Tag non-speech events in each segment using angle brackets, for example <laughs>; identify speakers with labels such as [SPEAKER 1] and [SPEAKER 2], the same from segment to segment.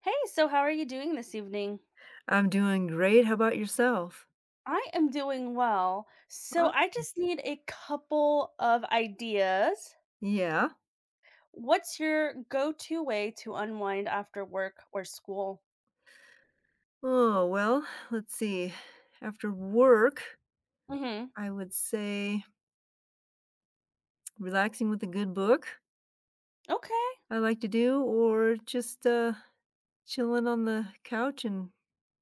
[SPEAKER 1] Hey, so how are you doing this evening?
[SPEAKER 2] I'm doing great. How about yourself?
[SPEAKER 1] I am doing well. So
[SPEAKER 2] Oh,
[SPEAKER 1] I just need a couple of ideas.
[SPEAKER 2] yeah.
[SPEAKER 1] What's your go-to way to unwind after work or school?
[SPEAKER 2] Oh, well, let's see. After work,
[SPEAKER 1] hmm
[SPEAKER 2] I would say relaxing with a good book I like to do, or just chilling on the couch and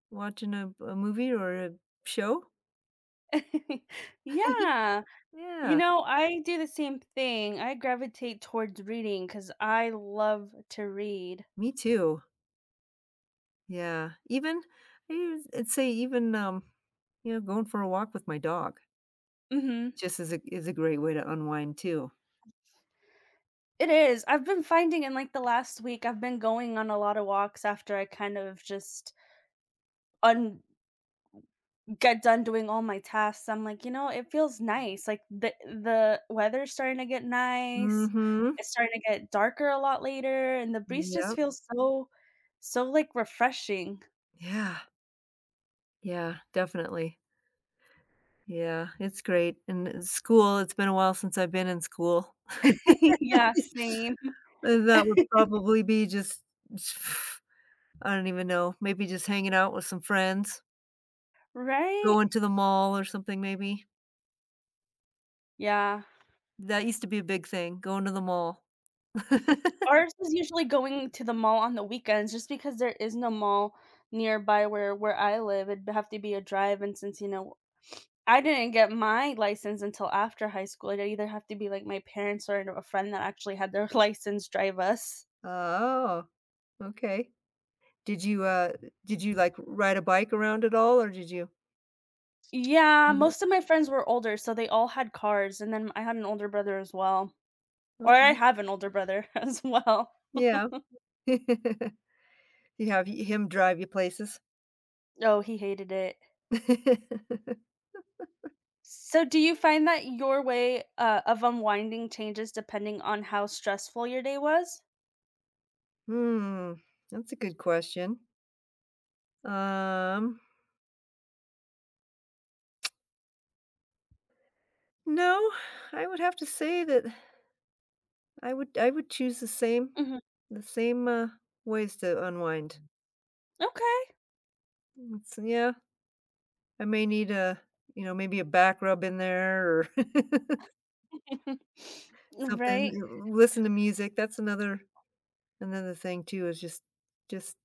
[SPEAKER 2] watching a movie or a show.
[SPEAKER 1] Okay. <laughs> yeah. You
[SPEAKER 2] Yeah,
[SPEAKER 1] know, I do the same thing. I gravitate towards reading because I love to read.
[SPEAKER 2] me too. Yeah, even I'd say even you know, going for a walk with my dog
[SPEAKER 1] hmm
[SPEAKER 2] just is a great way to unwind too.
[SPEAKER 1] It is. I've been finding in like the last week, I've been going on a lot of walks after I kind of just get done doing all my tasks, I'm like, you know, it feels nice. Like the weather's starting to get nice.
[SPEAKER 2] Mm-hmm.
[SPEAKER 1] It's starting to get darker a lot later, and the breeze just
[SPEAKER 2] Yep.
[SPEAKER 1] feels so like refreshing.
[SPEAKER 2] Yeah. Yeah, definitely. Yeah, it's great, and, school it's been a while since I've been in school.
[SPEAKER 1] <laughs> Yeah, same.
[SPEAKER 2] That would probably be just <sighs> I don't even know, maybe just hanging out with some friends,
[SPEAKER 1] Right?
[SPEAKER 2] going to the mall or something maybe.
[SPEAKER 1] Yeah.
[SPEAKER 2] That used to be a big thing, going to the mall. <laughs>
[SPEAKER 1] Ours is usually going to the mall on the weekends just because there is no mall nearby where I live. It'd have to be a drive, and since, you know, I didn't get my license until after high school. I'd either have to be, like, my parents or a friend that actually had their <laughs> license drive us.
[SPEAKER 2] Oh, okay. Did you, uh did you, like, ride a bike around at all, or did you
[SPEAKER 1] Yeah,
[SPEAKER 2] Mm,
[SPEAKER 1] most of my friends were older, so they all had cars, and then I had an older brother as well. Or I
[SPEAKER 2] okay.
[SPEAKER 1] have an older brother <laughs> as well.
[SPEAKER 2] Yeah. <laughs> You have him drive you places.
[SPEAKER 1] Oh, he hated it.
[SPEAKER 2] <laughs>
[SPEAKER 1] So do you find that your way, of unwinding changes depending on how stressful your day was?
[SPEAKER 2] Hmm, that's a good question. Um, no, I would have to say that I would choose
[SPEAKER 1] Mhm.
[SPEAKER 2] the same, ways to unwind.
[SPEAKER 1] Okay.
[SPEAKER 2] It's yeah, I may need a, you know, maybe a back rub in there or <laughs>
[SPEAKER 1] <sniffs>
[SPEAKER 2] something,
[SPEAKER 1] Right.
[SPEAKER 2] listen to music. That's another another thing too is just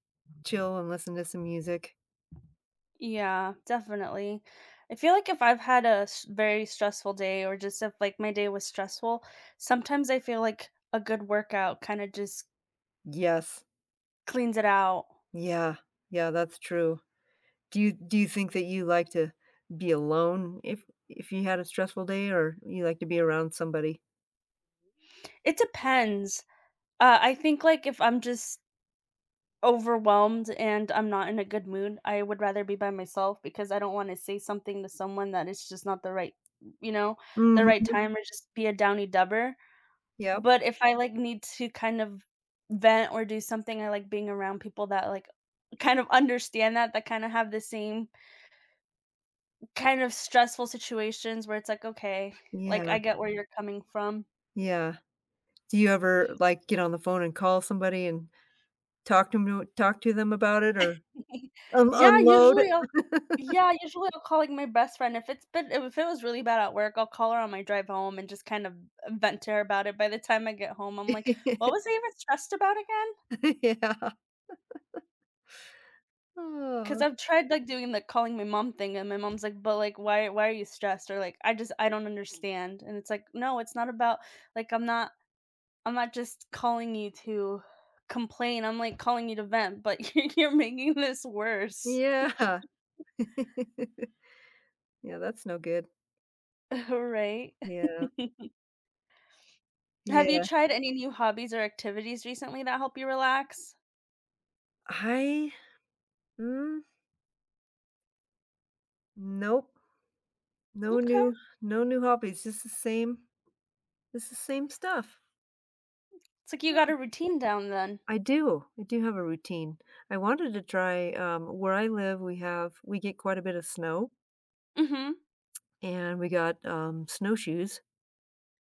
[SPEAKER 2] chill and listen to some music.
[SPEAKER 1] Yeah, definitely. I feel like if I've had a very stressful day or just if like my day was stressful, sometimes I feel like a good workout kind of just
[SPEAKER 2] Yes.
[SPEAKER 1] cleans it out.
[SPEAKER 2] Yeah, yeah, that's true. Do you think that you like to be alone if you had a stressful day, or you like to be around somebody?
[SPEAKER 1] It depends. I think like if I'm just overwhelmed and I'm not in a good mood, I would rather be by myself because I don't want to say something to someone that it's just not the right, you know, the right
[SPEAKER 2] Mhm.
[SPEAKER 1] time or just be a downy dubber.
[SPEAKER 2] Yep.
[SPEAKER 1] But if I, like, need to kind of vent or do something, I like being around people that, like, kind of understand that, that kinda have the same kind of stressful situations where it's like, "Okay, like,
[SPEAKER 2] Yeah,
[SPEAKER 1] I get where you're coming from."
[SPEAKER 2] yeah. Do you ever, like, get on the phone and call somebody and talk to 'em to talk to them about it or
[SPEAKER 1] <laughs>
[SPEAKER 2] un
[SPEAKER 1] Yeah,
[SPEAKER 2] unload?
[SPEAKER 1] usually I'll call, like, my best friend. If it was really bad at work, I'll call her on my drive home and just kind of vent to her about it. By the time I get home, I'm like, "What
[SPEAKER 2] <laughs>
[SPEAKER 1] was I even stressed about again?"
[SPEAKER 2] Yeah. Aw.
[SPEAKER 1] 'Cause I've tried, like, doing the calling my mom thing, and my mom's like, "But, like, why are you stressed?" Or, like, "I just I don't understand." And it's like, "No, it's not about like, I'm not just calling you to complain, I'm, like, calling you to vent, but <laughs> you're making this worse."
[SPEAKER 2] Yeah. <laughs> Yeah, that's no good.
[SPEAKER 1] <laughs> Right?
[SPEAKER 2] Yeah,
[SPEAKER 1] <laughs> Have you
[SPEAKER 2] yeah.
[SPEAKER 1] tried any new hobbies or activities recently that help you relax?
[SPEAKER 2] I mm, nope. No
[SPEAKER 1] Okay.
[SPEAKER 2] new no new hobbies, just the same It's the same stuff.
[SPEAKER 1] It's like you
[SPEAKER 2] Yeah,
[SPEAKER 1] got a routine down then.
[SPEAKER 2] I do have a routine. I wanted to try, where I live, we get quite a bit of snow,
[SPEAKER 1] Mhm.
[SPEAKER 2] and we got, snowshoes,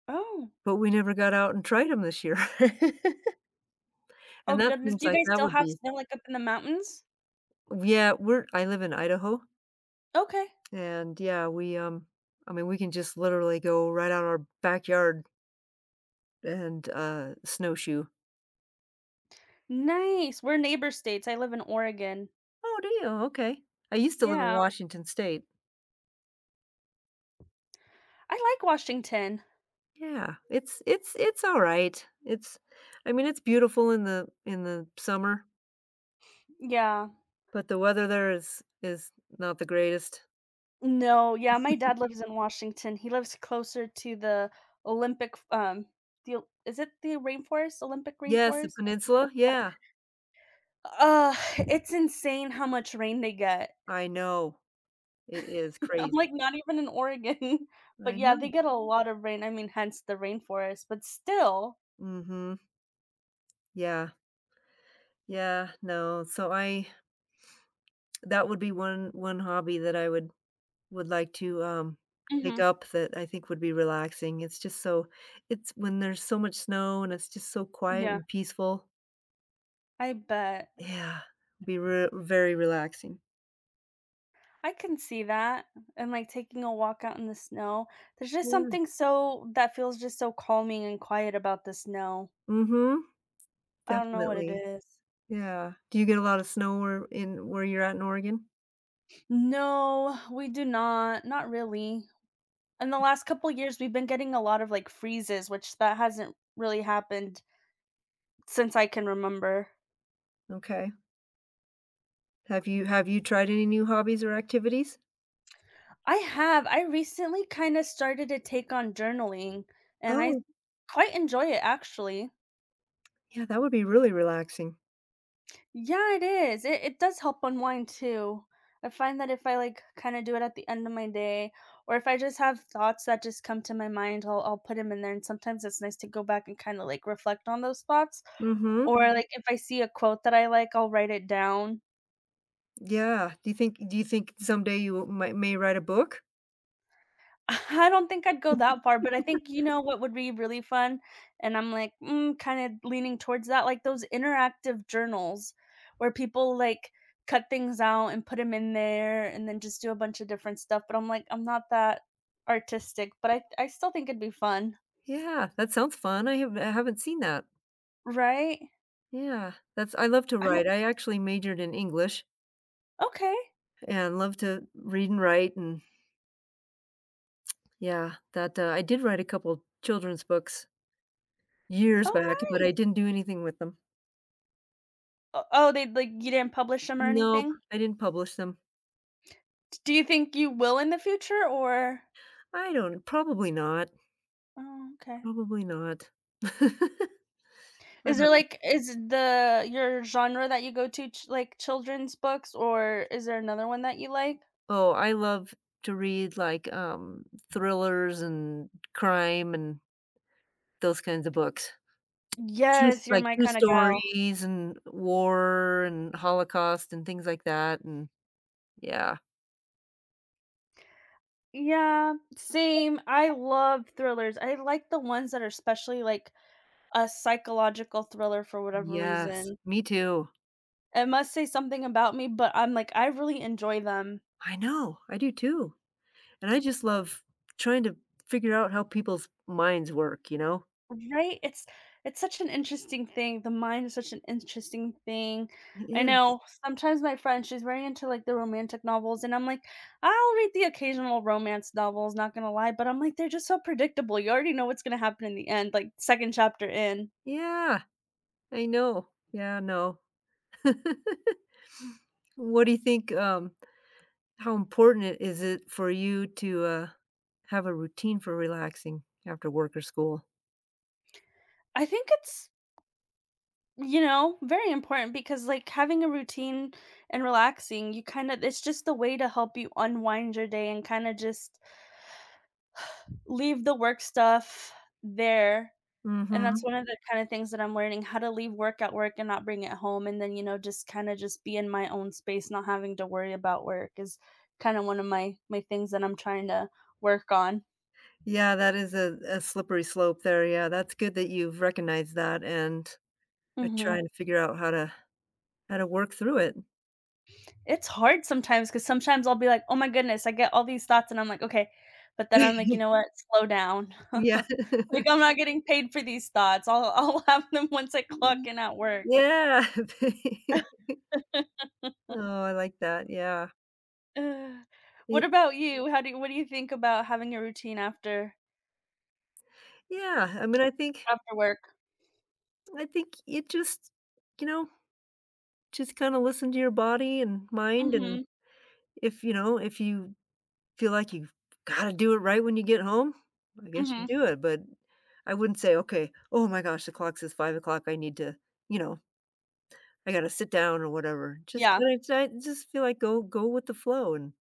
[SPEAKER 1] Oh.
[SPEAKER 2] but we never got out and tried them this year. <laughs>
[SPEAKER 1] Oh
[SPEAKER 2] And that
[SPEAKER 1] goodness.
[SPEAKER 2] seems
[SPEAKER 1] Do you
[SPEAKER 2] like
[SPEAKER 1] guys
[SPEAKER 2] that
[SPEAKER 1] still
[SPEAKER 2] would
[SPEAKER 1] have
[SPEAKER 2] be
[SPEAKER 1] snow, like, up in the mountains?
[SPEAKER 2] Yeah, we're I live in Idaho,
[SPEAKER 1] Okay.
[SPEAKER 2] and, yeah, we, I mean, we can just literally go right out our backyard and, snowshoe.
[SPEAKER 1] Nice, we're neighbor states, I live in Oregon.
[SPEAKER 2] "Oh, do you? Okay." I used to live in
[SPEAKER 1] Yeah,
[SPEAKER 2] Washington State.
[SPEAKER 1] I like Washington.
[SPEAKER 2] Yeah, it's it's all right. It's I mean, it's beautiful in the summer,
[SPEAKER 1] Yeah.
[SPEAKER 2] but the weather there is not the greatest.
[SPEAKER 1] No, yeah, my dad lives in Washington, he lives closer to the Olympic f the Ol is it the rainforest? Olympic
[SPEAKER 2] Yes, the
[SPEAKER 1] rainforest? Olympic
[SPEAKER 2] peninsula,
[SPEAKER 1] yeah.
[SPEAKER 2] yeah,
[SPEAKER 1] Ugh, it's insane how much rain they get.
[SPEAKER 2] I know. It is
[SPEAKER 1] <laughs> I'm
[SPEAKER 2] crazy.
[SPEAKER 1] like, not even in Oregon, <laughs> but
[SPEAKER 2] I
[SPEAKER 1] yeah, they
[SPEAKER 2] know.
[SPEAKER 1] get a lot of rain, I mean, hence the rainforest, but still
[SPEAKER 2] Mhm. Yeah. Yeah, no, so I that would be one hobby that I would like to, take
[SPEAKER 1] Mhm.
[SPEAKER 2] up that I think would be relaxing. It's just so it's when there's so much snow and it's just so quiet
[SPEAKER 1] Yeah,
[SPEAKER 2] and peaceful.
[SPEAKER 1] I bet.
[SPEAKER 2] Yeah, be re very relaxing.
[SPEAKER 1] I can see that, and, like, taking a walk out in the snow. There's just
[SPEAKER 2] Yeah,
[SPEAKER 1] something so that feels just so calming and quiet about the snow.
[SPEAKER 2] mhm,
[SPEAKER 1] I don't know what it
[SPEAKER 2] definitely,
[SPEAKER 1] is.
[SPEAKER 2] yeah. Do you get a lot of snow where you're at in Oregon?
[SPEAKER 1] No, we do not, not really. In the last couple years, we've been getting a lot of, like, freezes, which that hasn't really happened since I can remember.
[SPEAKER 2] Okay. Have you tried any new hobbies or activities?
[SPEAKER 1] I have, I recently kinda started to take on journaling, and
[SPEAKER 2] Oh,
[SPEAKER 1] I quite enjoy it, actually.
[SPEAKER 2] yeah, that would be really relaxing.
[SPEAKER 1] Yeah, it is. It does help unwind too. I find that if I like kind of do it at the end of my day, or if I just have thoughts that just come to my mind, I'll put them in there. And sometimes it's nice to go back and kind of like reflect on those thoughts. Or
[SPEAKER 2] Mhm,
[SPEAKER 1] Mhm. like if I see a quote that I like, I'll write it down.
[SPEAKER 2] yeah. Do you think someday you might may write a book?
[SPEAKER 1] I don't think I'd go that far, but I think you know what would be really fun, and I'm like, kind of leaning towards that, like those interactive journals where people like cut things out and put them in there, and then just do a bunch of different stuff. But I'm like, I'm not that artistic, but I still think it'd be fun,
[SPEAKER 2] Yeah, that sounds fun. I haven't seen that.
[SPEAKER 1] right?
[SPEAKER 2] Yeah, that's I love to
[SPEAKER 1] I don't.
[SPEAKER 2] write. I actually majored in English
[SPEAKER 1] Okay.
[SPEAKER 2] and love to read and write and yeah, that, I did write a couple children's books years
[SPEAKER 1] Oh,
[SPEAKER 2] back, but
[SPEAKER 1] nice.
[SPEAKER 2] I didn't do anything with them.
[SPEAKER 1] Oh, they like you didn't publish them or
[SPEAKER 2] Nope,
[SPEAKER 1] anything.
[SPEAKER 2] I didn't publish them.
[SPEAKER 1] Do you think you will in the future, or?
[SPEAKER 2] I don't probably not,
[SPEAKER 1] Oh, okay.
[SPEAKER 2] probably not. <laughs> I don't
[SPEAKER 1] Is there,
[SPEAKER 2] know.
[SPEAKER 1] is the your genre that you go to ch like, children's books, or is there another one that you like?
[SPEAKER 2] Oh, I love to read, like, thrillers and crime and those kinds of books. Just,
[SPEAKER 1] Yes, you're
[SPEAKER 2] like,
[SPEAKER 1] my
[SPEAKER 2] true
[SPEAKER 1] kinda gal.
[SPEAKER 2] stories and war and Holocaust and things like that, and yeah.
[SPEAKER 1] Yeah, same, I love thrillers, I like the ones that are especially, like, a psychological thriller for whatever
[SPEAKER 2] Yes,
[SPEAKER 1] reason.
[SPEAKER 2] me too.
[SPEAKER 1] It must say something about me, but I'm like, I really enjoy them.
[SPEAKER 2] I know, I do too, and I just love trying to figure out how people's minds work, you know?
[SPEAKER 1] Right? It's such an interesting thing. The mind is such an interesting thing.
[SPEAKER 2] It
[SPEAKER 1] I
[SPEAKER 2] is.
[SPEAKER 1] know sometimes my friend, she's very into like the romantic novels, and I'm like, I'll read the occasional romance novels, not gonna lie, but I'm like, they're just so predictable. You already know what's gonna happen in the end, like second chapter in.
[SPEAKER 2] Yeah, I know. Yeah, no. <laughs> What do you think, how important it for you to, have a routine for relaxing after work or school?
[SPEAKER 1] I think it's you know very important because like having a routine and relaxing you kind of it's just a way to help you unwind your day and kind of just leave the work stuff there. And that's
[SPEAKER 2] Mhm.
[SPEAKER 1] one of the kinda things that I'm learning, how to leave work at work and not bring it home, and then, you know, just kinda just be in my own space, not having to worry about work is kinda one of my things that I'm trying to work on.
[SPEAKER 2] Yeah, that is a slippery slope there, yeah, that's good that you've recognized that and are
[SPEAKER 1] Mhm.
[SPEAKER 2] trying to figure out how to work through it.
[SPEAKER 1] It's hard sometimes because sometimes I'll be like, "Oh my goodness," I get all these thoughts and I'm like, "Okay," but then I'm like, "You know
[SPEAKER 2] <laughs>
[SPEAKER 1] what? Slow down."
[SPEAKER 2] Yeah.
[SPEAKER 1] <laughs> Like, I'm not getting paid for these thoughts. I'll <laughs> I'll have them once I clock
[SPEAKER 2] <laughs>
[SPEAKER 1] in at work.
[SPEAKER 2] Yeah. <laughs> Oh, I like that, yeah.
[SPEAKER 1] Ugh. What
[SPEAKER 2] It
[SPEAKER 1] about you? How do you what do you think about having a routine
[SPEAKER 2] yeah, I mean,
[SPEAKER 1] after work?
[SPEAKER 2] I think it just you know, just kinda listen to your body and mind, and
[SPEAKER 1] Mhm.
[SPEAKER 2] if, you know, if you feel like you gotta do it right when you get home, I guess you
[SPEAKER 1] Mhm.
[SPEAKER 2] do it, but I wouldn't say, "Okay, oh my gosh, the clock says 5 o'clock. I need to" you know, "I gotta sit down," or whatever. Just
[SPEAKER 1] Yeah,
[SPEAKER 2] kinda I just feel like go with the flow and,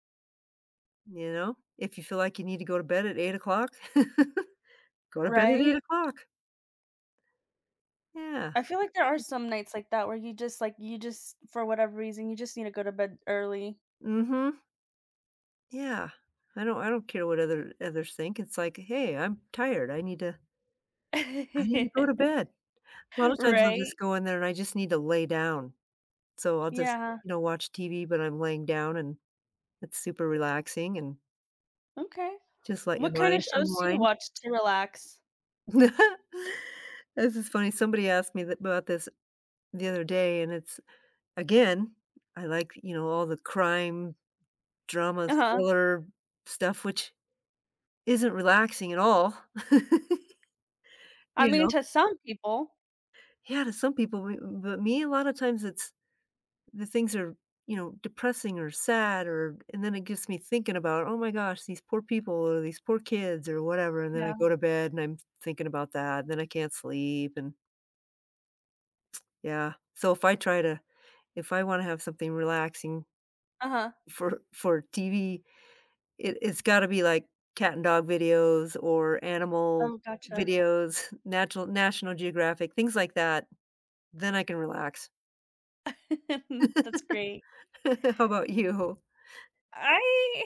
[SPEAKER 2] you know, if you feel like you need to go to bed at 8 o'clock. <laughs> Go to bed at eight
[SPEAKER 1] right?
[SPEAKER 2] o'clock. Yeah.
[SPEAKER 1] I feel like there are some nights like that where you just for whatever reason, you just need to go to bed early.
[SPEAKER 2] Mhm. Yeah. I don't care what other others think. It's like, "Hey, I'm tired. I need to go to
[SPEAKER 1] <laughs>
[SPEAKER 2] bed." A lot of times I'll just
[SPEAKER 1] Right?
[SPEAKER 2] go in there and I just need to lay down. So I'll just,
[SPEAKER 1] Yeah.
[SPEAKER 2] you know, watch TV, but I'm laying down and it's super relaxing and
[SPEAKER 1] Okay.
[SPEAKER 2] just let your
[SPEAKER 1] What kind
[SPEAKER 2] mind
[SPEAKER 1] of shows do you
[SPEAKER 2] unwind.
[SPEAKER 1] watch to relax?
[SPEAKER 2] <laughs> This is funny. Somebody asked me th about this the other day, and it's again, I like, you know, all the crime, drama,
[SPEAKER 1] Uh-huh.
[SPEAKER 2] thriller stuff, which isn't relaxing at all, <laughs>
[SPEAKER 1] I
[SPEAKER 2] you
[SPEAKER 1] mean,
[SPEAKER 2] know?
[SPEAKER 1] to some people.
[SPEAKER 2] Yeah, to some people, we but me, a lot of times it's the things are, you know, depressing or sad or and then it gets me thinking about, "Oh my gosh, these poor people or these poor kids," or whatever, and then I
[SPEAKER 1] Yeah.
[SPEAKER 2] go to bed and I'm thinking about that, and then I can't sleep and yeah. So if I wanna have something relaxing
[SPEAKER 1] Uh-huh.
[SPEAKER 2] for TV, it's gotta be like cat and dog videos or animal
[SPEAKER 1] Oh, gotcha.
[SPEAKER 2] videos, <laughs> natural National Geographic, things like that. Then I can relax.
[SPEAKER 1] <laughs> That's great.
[SPEAKER 2] <laughs> How about you?
[SPEAKER 1] I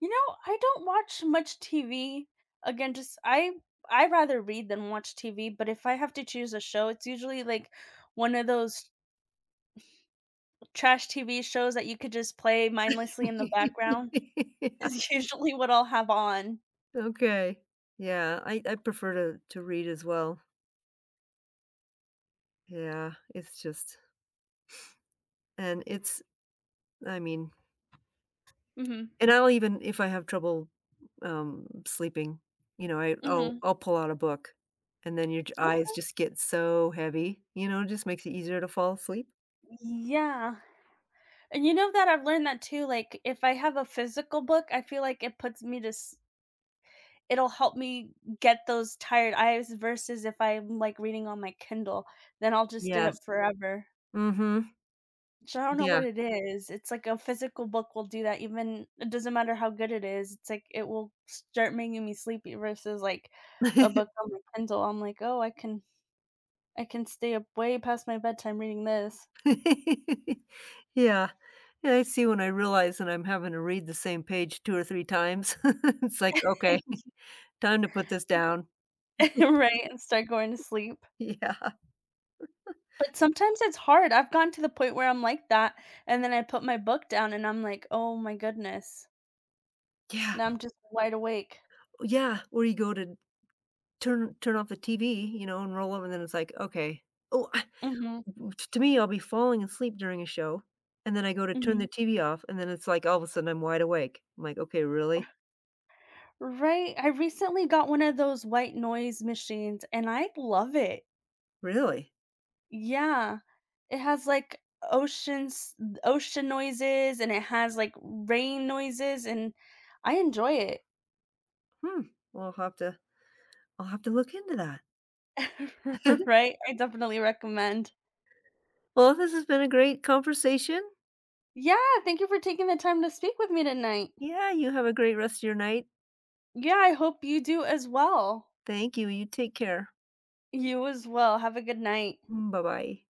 [SPEAKER 1] you know, I don't watch much TV. Again, just I rather read than watch TV, but if I have to choose a show, it's usually like one of those Trash TV shows that you could just play mindlessly in the
[SPEAKER 2] <laughs>
[SPEAKER 1] background
[SPEAKER 2] Yeah,
[SPEAKER 1] is <laughs> usually what I'll have on.
[SPEAKER 2] okay. Yeah, I prefer to read as well. Yeah, it's just and it's I mean
[SPEAKER 1] Mhm,
[SPEAKER 2] and I'll even if I have trouble, sleeping, you know,
[SPEAKER 1] mhm.
[SPEAKER 2] I'll pull out a book, and then your j eyes
[SPEAKER 1] Okay.
[SPEAKER 2] just get so heavy, you know, it just makes it easier to fall asleep.
[SPEAKER 1] Yeah, and you know that I've learned that too, like, if I have a physical book, I feel like it puts me to s it'll help me get those tired eyes versus if I'm, like, reading on my Kindle, then I'll just stay
[SPEAKER 2] Yes.
[SPEAKER 1] up forever.
[SPEAKER 2] Mhm.
[SPEAKER 1] So I don't know
[SPEAKER 2] Yeah.
[SPEAKER 1] what it is. It's like a physical book will do that even it doesn't matter how good it is. It's like it will start making me sleepy versus like a
[SPEAKER 2] <laughs>
[SPEAKER 1] book on my Kindle. I'm like, "Oh, I can stay up way past my bedtime reading this."
[SPEAKER 2] <laughs> Yeah. Yeah, I see when I realize that I'm having to read the same page 2 or 3 times. <laughs> It's like, "Okay,
[SPEAKER 1] <laughs>
[SPEAKER 2] time to put this down."
[SPEAKER 1] Right, and start going to sleep.
[SPEAKER 2] <laughs> Yeah.
[SPEAKER 1] But sometimes it's hard. I've gotten to the point where I'm like that, and then I put my book down and I'm like, "Oh my goodness."
[SPEAKER 2] Yeah.
[SPEAKER 1] Now I'm just wide awake.
[SPEAKER 2] Yeah, or you go to turn off the TV, you know, and roll over, and then it's like, "Okay." Oh, I
[SPEAKER 1] Mhm,
[SPEAKER 2] To me, I'll be falling asleep during a show, and then I go to turn the
[SPEAKER 1] mhm.
[SPEAKER 2] TV off, and then it's like all of a sudden I'm wide awake. I'm like, "Okay, really?
[SPEAKER 1] Right, I recently got one of those white noise machines, and I love it.
[SPEAKER 2] Really?
[SPEAKER 1] Yeah, it has, like, oceans ocean noises, and it has, like, rain noises, and I enjoy it,
[SPEAKER 2] Hmm. Well, I'll have to I'll have to look into that."
[SPEAKER 1] <laughs> right? I definitely recommend.
[SPEAKER 2] Well, this has been a great conversation.
[SPEAKER 1] Yeah, thank you for taking the time to speak with me tonight.
[SPEAKER 2] Yeah, you have a great rest of your night.
[SPEAKER 1] Yeah, I hope you do as well.
[SPEAKER 2] Thank you. You take care.
[SPEAKER 1] You as well, have a good night.
[SPEAKER 2] Mm, bye-bye.